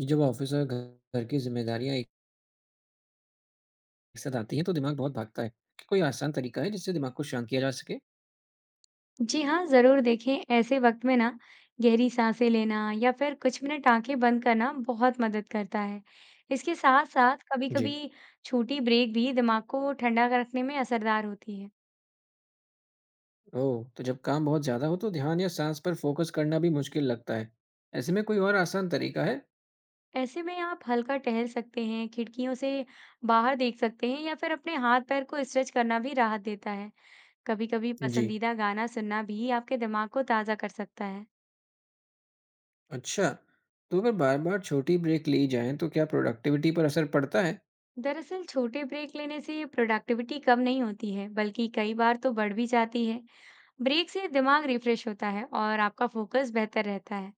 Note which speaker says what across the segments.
Speaker 1: ये जब ऑफिस और घर की जिम्मेदारियां एक एक साथ आती हैं तो दिमाग बहुत भागता है। क्या कोई आसान तरीका है जिससे दिमाग को शांत किया जा सके।
Speaker 2: जी हाँ, ज़रूर देखें। ऐसे वक़्त में ना गहरी साँसें लेना या फिर कुछ मिनट आँखें बंद करना बहुत मदद करता है। इसके साथ-साथ
Speaker 1: जी।
Speaker 2: कभी-कभी छोटी ब्रेक भी दिमाग को ठंडा कर रखने में असरदार होती है।
Speaker 1: ओह, तो जब काम बहुत ज्यादा हो तो ध्यान या सांस पर फोकस करना भी मुश्किल लगता है। ऐसे में कोई और आसान तरीका है।
Speaker 2: ऐसे में आप हल्का टहल सकते हैं, खिड़कियों से बाहर देख सकते हैं या फिर अपने हाथ-पैर को स्ट्रेच करना भी राहत देता है। कभी-कभी
Speaker 1: जी।
Speaker 2: पसंदीदा गाना सुनना भी आपके दिमाग को ताज़ा कर सकता है।
Speaker 1: अच्छा, तो अगर बार बार छोटी ब्रेक ली जाए तो क्या प्रोडक्टिविटी पर असर पड़ता है।
Speaker 2: दरअसल छोटे ब्रेक लेने से प्रोडक्टिविटी कम नहीं होती है, बल्कि कई बार तो बढ़ भी जाती है। ब्रेक से दिमाग रिफ्रेश होता है और आपका फोकस बेहतर रहता है।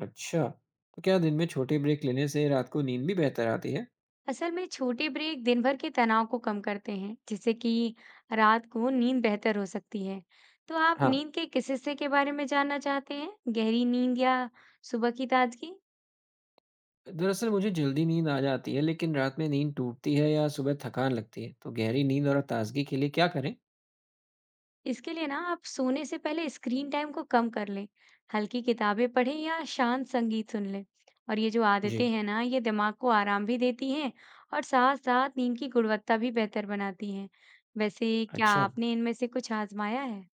Speaker 1: अच्छा, तो क्या दिन में छोटे ब्रेक लेने से रात को नींद भी बेहतर आती है।
Speaker 2: असल में छोटे ब्रेक दिन भर के तनाव को कम करते हैं, जिससे कि रात को नींद बेहतर हो सकती है। तो आप
Speaker 1: हाँ।
Speaker 2: नींद के किस हिस्से के बारे में जानना चाहते हैं? गहरी नींद या सुबह की ताजगी?
Speaker 1: दरअसल मुझे जल्दी नींद आ जाती है लेकिन रात में नींद टूटती है या सुबह थकान लगती है, तो गहरी नींद और ताजगी के लिए क्या करें।
Speaker 2: इसके लिए ना आप सोने से पहले स्क्रीन टाइम को कम कर लें, हल्की किताबें पढ़ें या शांत संगीत सुन लें। और ये जो
Speaker 1: जी।
Speaker 2: आदतें हैं ना, ये दिमाग को आराम भी देती हैं और साथ-साथ नींद की गुणवत्ता भी बेहतर बनाती हैं। वैसे क्या
Speaker 1: अच्छा।
Speaker 2: आपने इनमें से कुछ आजमाया है?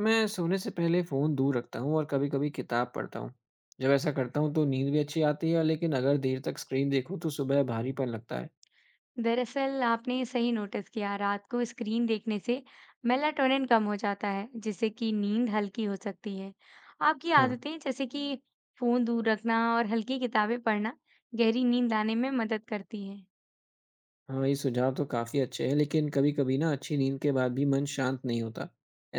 Speaker 1: मैं सोने से पहले फ़ोन दूर रखता हूँ और कभी-कभी किताब पढ़ता हूँ। जब ऐसा करता हूँ तो नींद भी अच्छी आती है लेकिन अगर देर तक स्क्रीन देखूँ तो सुबह भारीपन लगता है।
Speaker 2: दरअसल आपने सही नोटिस किया, रात को स्क्रीन देखने से मेलाटोनिन कम हो जाता है, जिससे कि नींद हल्की हो सकती है। आपकी
Speaker 1: हाँ।
Speaker 2: आदतें जैसे कि फ़ोन दूर रखना और हल्की किताबें पढ़ना गहरी नींद आने में मदद करती हैं।
Speaker 1: हाँ, ये सुझाव तो काफ़ी अच्छे हैं लेकिन कभी-कभी ना अच्छी नींद के बाद भी मन शांत नहीं होता।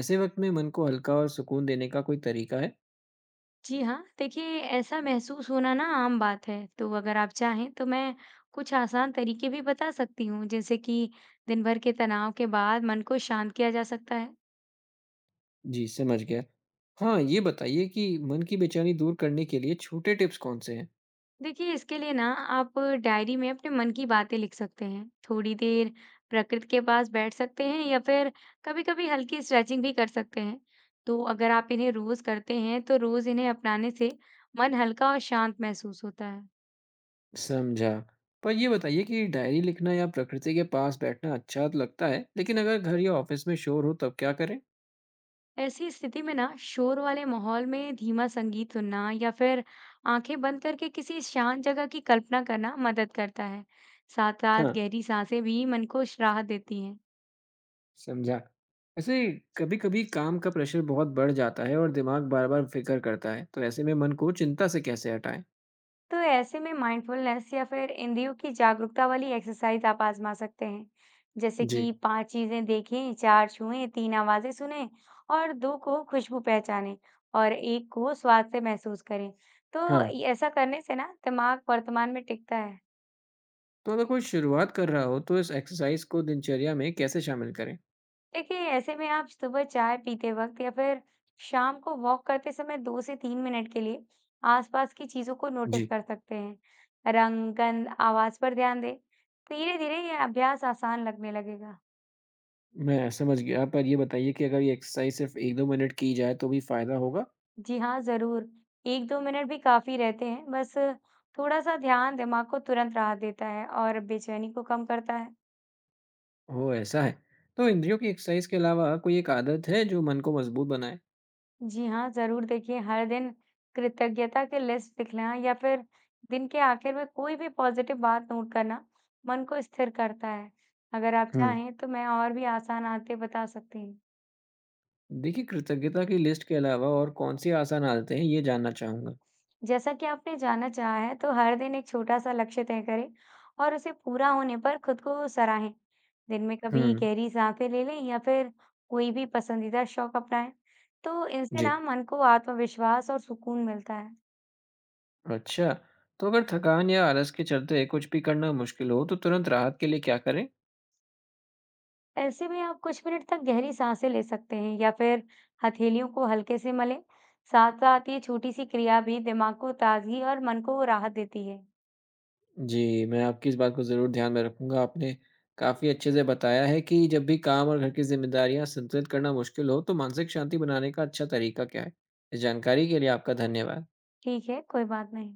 Speaker 1: ऐसे वक्त में मन को हल्का और सुकून देने का कोई तरीका है।
Speaker 2: जी हाँ, देखिए ऐसा महसूस होना ना आम बात है, तो अगर आप चाहें तो मैं कुछ आसान तरीके भी बता सकती हूँ, जैसे कि दिन भर के तनाव के बाद मन को शांत किया जा सकता है।
Speaker 1: जी, समझ गया। हाँ, ये बताइए कि मन की बेचैनी दूर करने के लिए छोटे टिप्स कौन से हैं?
Speaker 2: देखिए, इसके लिए ना आप डायरी में अपने मन की बातें लिख सकते हैं, थोड़ी देर प्रकृति के पास बैठ सकते हैं या फिर कभी-कभी हल्की स्ट्रेचिंग भी कर सकते हैं। तो अगर आप इन्हें रोज करते हैं, तो रोज इन्हें अपनाने से मन हल्का और शांत महसूस होता है।
Speaker 1: समझा। पर ये बताइए कि डायरी लिखना या प्रकृति के पास बैठना अच्छा तो लगता है, लेकिन अगर घर या ऑफिस में शोर हो तब क्या करें?
Speaker 2: ऐसी स्थिति में ना शोर वाले माहौल में धीमा संगीत सुनना या फिर आंखें बंद करके किसी शांत जगह की कल्पना करना मदद करता है। साथ साथ
Speaker 1: हाँ,
Speaker 2: गहरी सांसें भी मन को राहत देती हैं।
Speaker 1: समझा। ऐसे कभी-कभी काम का प्रेशर बहुत बढ़ जाता है और दिमाग बार-बार फिक्र करता है, तो ऐसे में मन को चिंता से कैसे हटाएं?
Speaker 2: तो ऐसे में माइंडफुलनेस या फिर इंद्रियों की जागरूकता वाली एक्सरसाइज आप आजमा सकते हैं, जैसे
Speaker 1: जी।
Speaker 2: कि पांच चीजें देखें, चार छुएं, तीन आवाजें सुनें और दो को खुशबू पहचानें और एक को स्वाद से महसूस करें। तो
Speaker 1: हाँ।
Speaker 2: ऐसा करने से ना दिमाग वर्तमान में टिकता है।
Speaker 1: तो अगर कोई शुरुआत कर रहा हो तो इस एक्सरसाइज को दिनचर्या में कैसे शामिल करें?
Speaker 2: देखिए, ऐसे में आप सुबह चाय पीते वक़्त या फिर शाम को वॉक करते समय 2 से 3 मिनट के लिए आसपास की चीज़ों को नोटिस
Speaker 1: जी।
Speaker 2: कर सकते हैं। रंग, गंध, आवाज़ पर ध्यान दें। धीरे-धीरे ये अभ्यास आसान लगने लगेगा।
Speaker 1: मैं समझ गया, पर ये बताइए कि अगर ये एक्सरसाइज़ सिर्फ़ 1-2 मिनट की जाए तो भी फ़ायदा होगा?
Speaker 2: जी हाँ, ज़रूर। 1-2 मिनट भी काफ़ी रहते हैं। बस थोड़ा-सा ध्यान दिमाग को तुरंत राहत देता है और बेचैनी को कम करता है।
Speaker 1: ओह! ऐसा है। तो इंद्रियों की एक्सरसाइज़ के अलावा कोई एक आदत है जो मन को मज़बूत बनाए?
Speaker 2: जी हाँ, ज़रूर। देखिए, हर दिन कृतज्ञता की लिस्ट लिखना या फिर दिन के आखिर में कोई भी पॉज़िटिव बात नोट करना मन को स्थिर करता है। अगर आप
Speaker 1: हुँ।
Speaker 2: चाहें तो मैं और भी आसान आदतें बता सकती हूँ।
Speaker 1: देखिए कृतज्ञता की लिस्ट के अलावा और कौन-सी आसान आदतें हैं, ये जानना चाहूँगा।
Speaker 2: जैसा कि आपने जानना चाहा है, तो हर दिन एक छोटा-सा लक्ष्य तय करें और उसे पूरा होने पर खुद को सराहें। दिन में कभी
Speaker 1: हुँ।
Speaker 2: गहरी साँसें ले लें या फिर कोई भी पसंदीदा शौक अपनाएँ। तो इनसे
Speaker 1: जी।
Speaker 2: ना मन को आत्मविश्वास और सुकून मिलता है।
Speaker 1: अच्छा, तो अगर थकान या आलस के चलते कुछ भी करना मुश्किल हो, तो तुरंत राहत के लिए क्या करें?
Speaker 2: ऐसे में आप कुछ मिनट तक गहरी सांसें ले सकते हैं या फिर हथेलियों को हल्के से मलें। साथ साथ ये छोटी सी क्रिया भी दिमाग को ताजगी और मन को राहत देती है।
Speaker 1: जी, मैं आपकी इस बात को ज़रूर ध्यान में रखूँगा। आपने काफ़ी अच्छे से बताया है कि जब भी काम और घर की ज़िम्मेदारियाँ संतुलित करना मुश्किल हो, तो मानसिक शांति बनाने का अच्छा तरीका क्या है। इस जानकारी के लिए आपका धन्यवाद।
Speaker 2: ठीक है, कोई बात नहीं।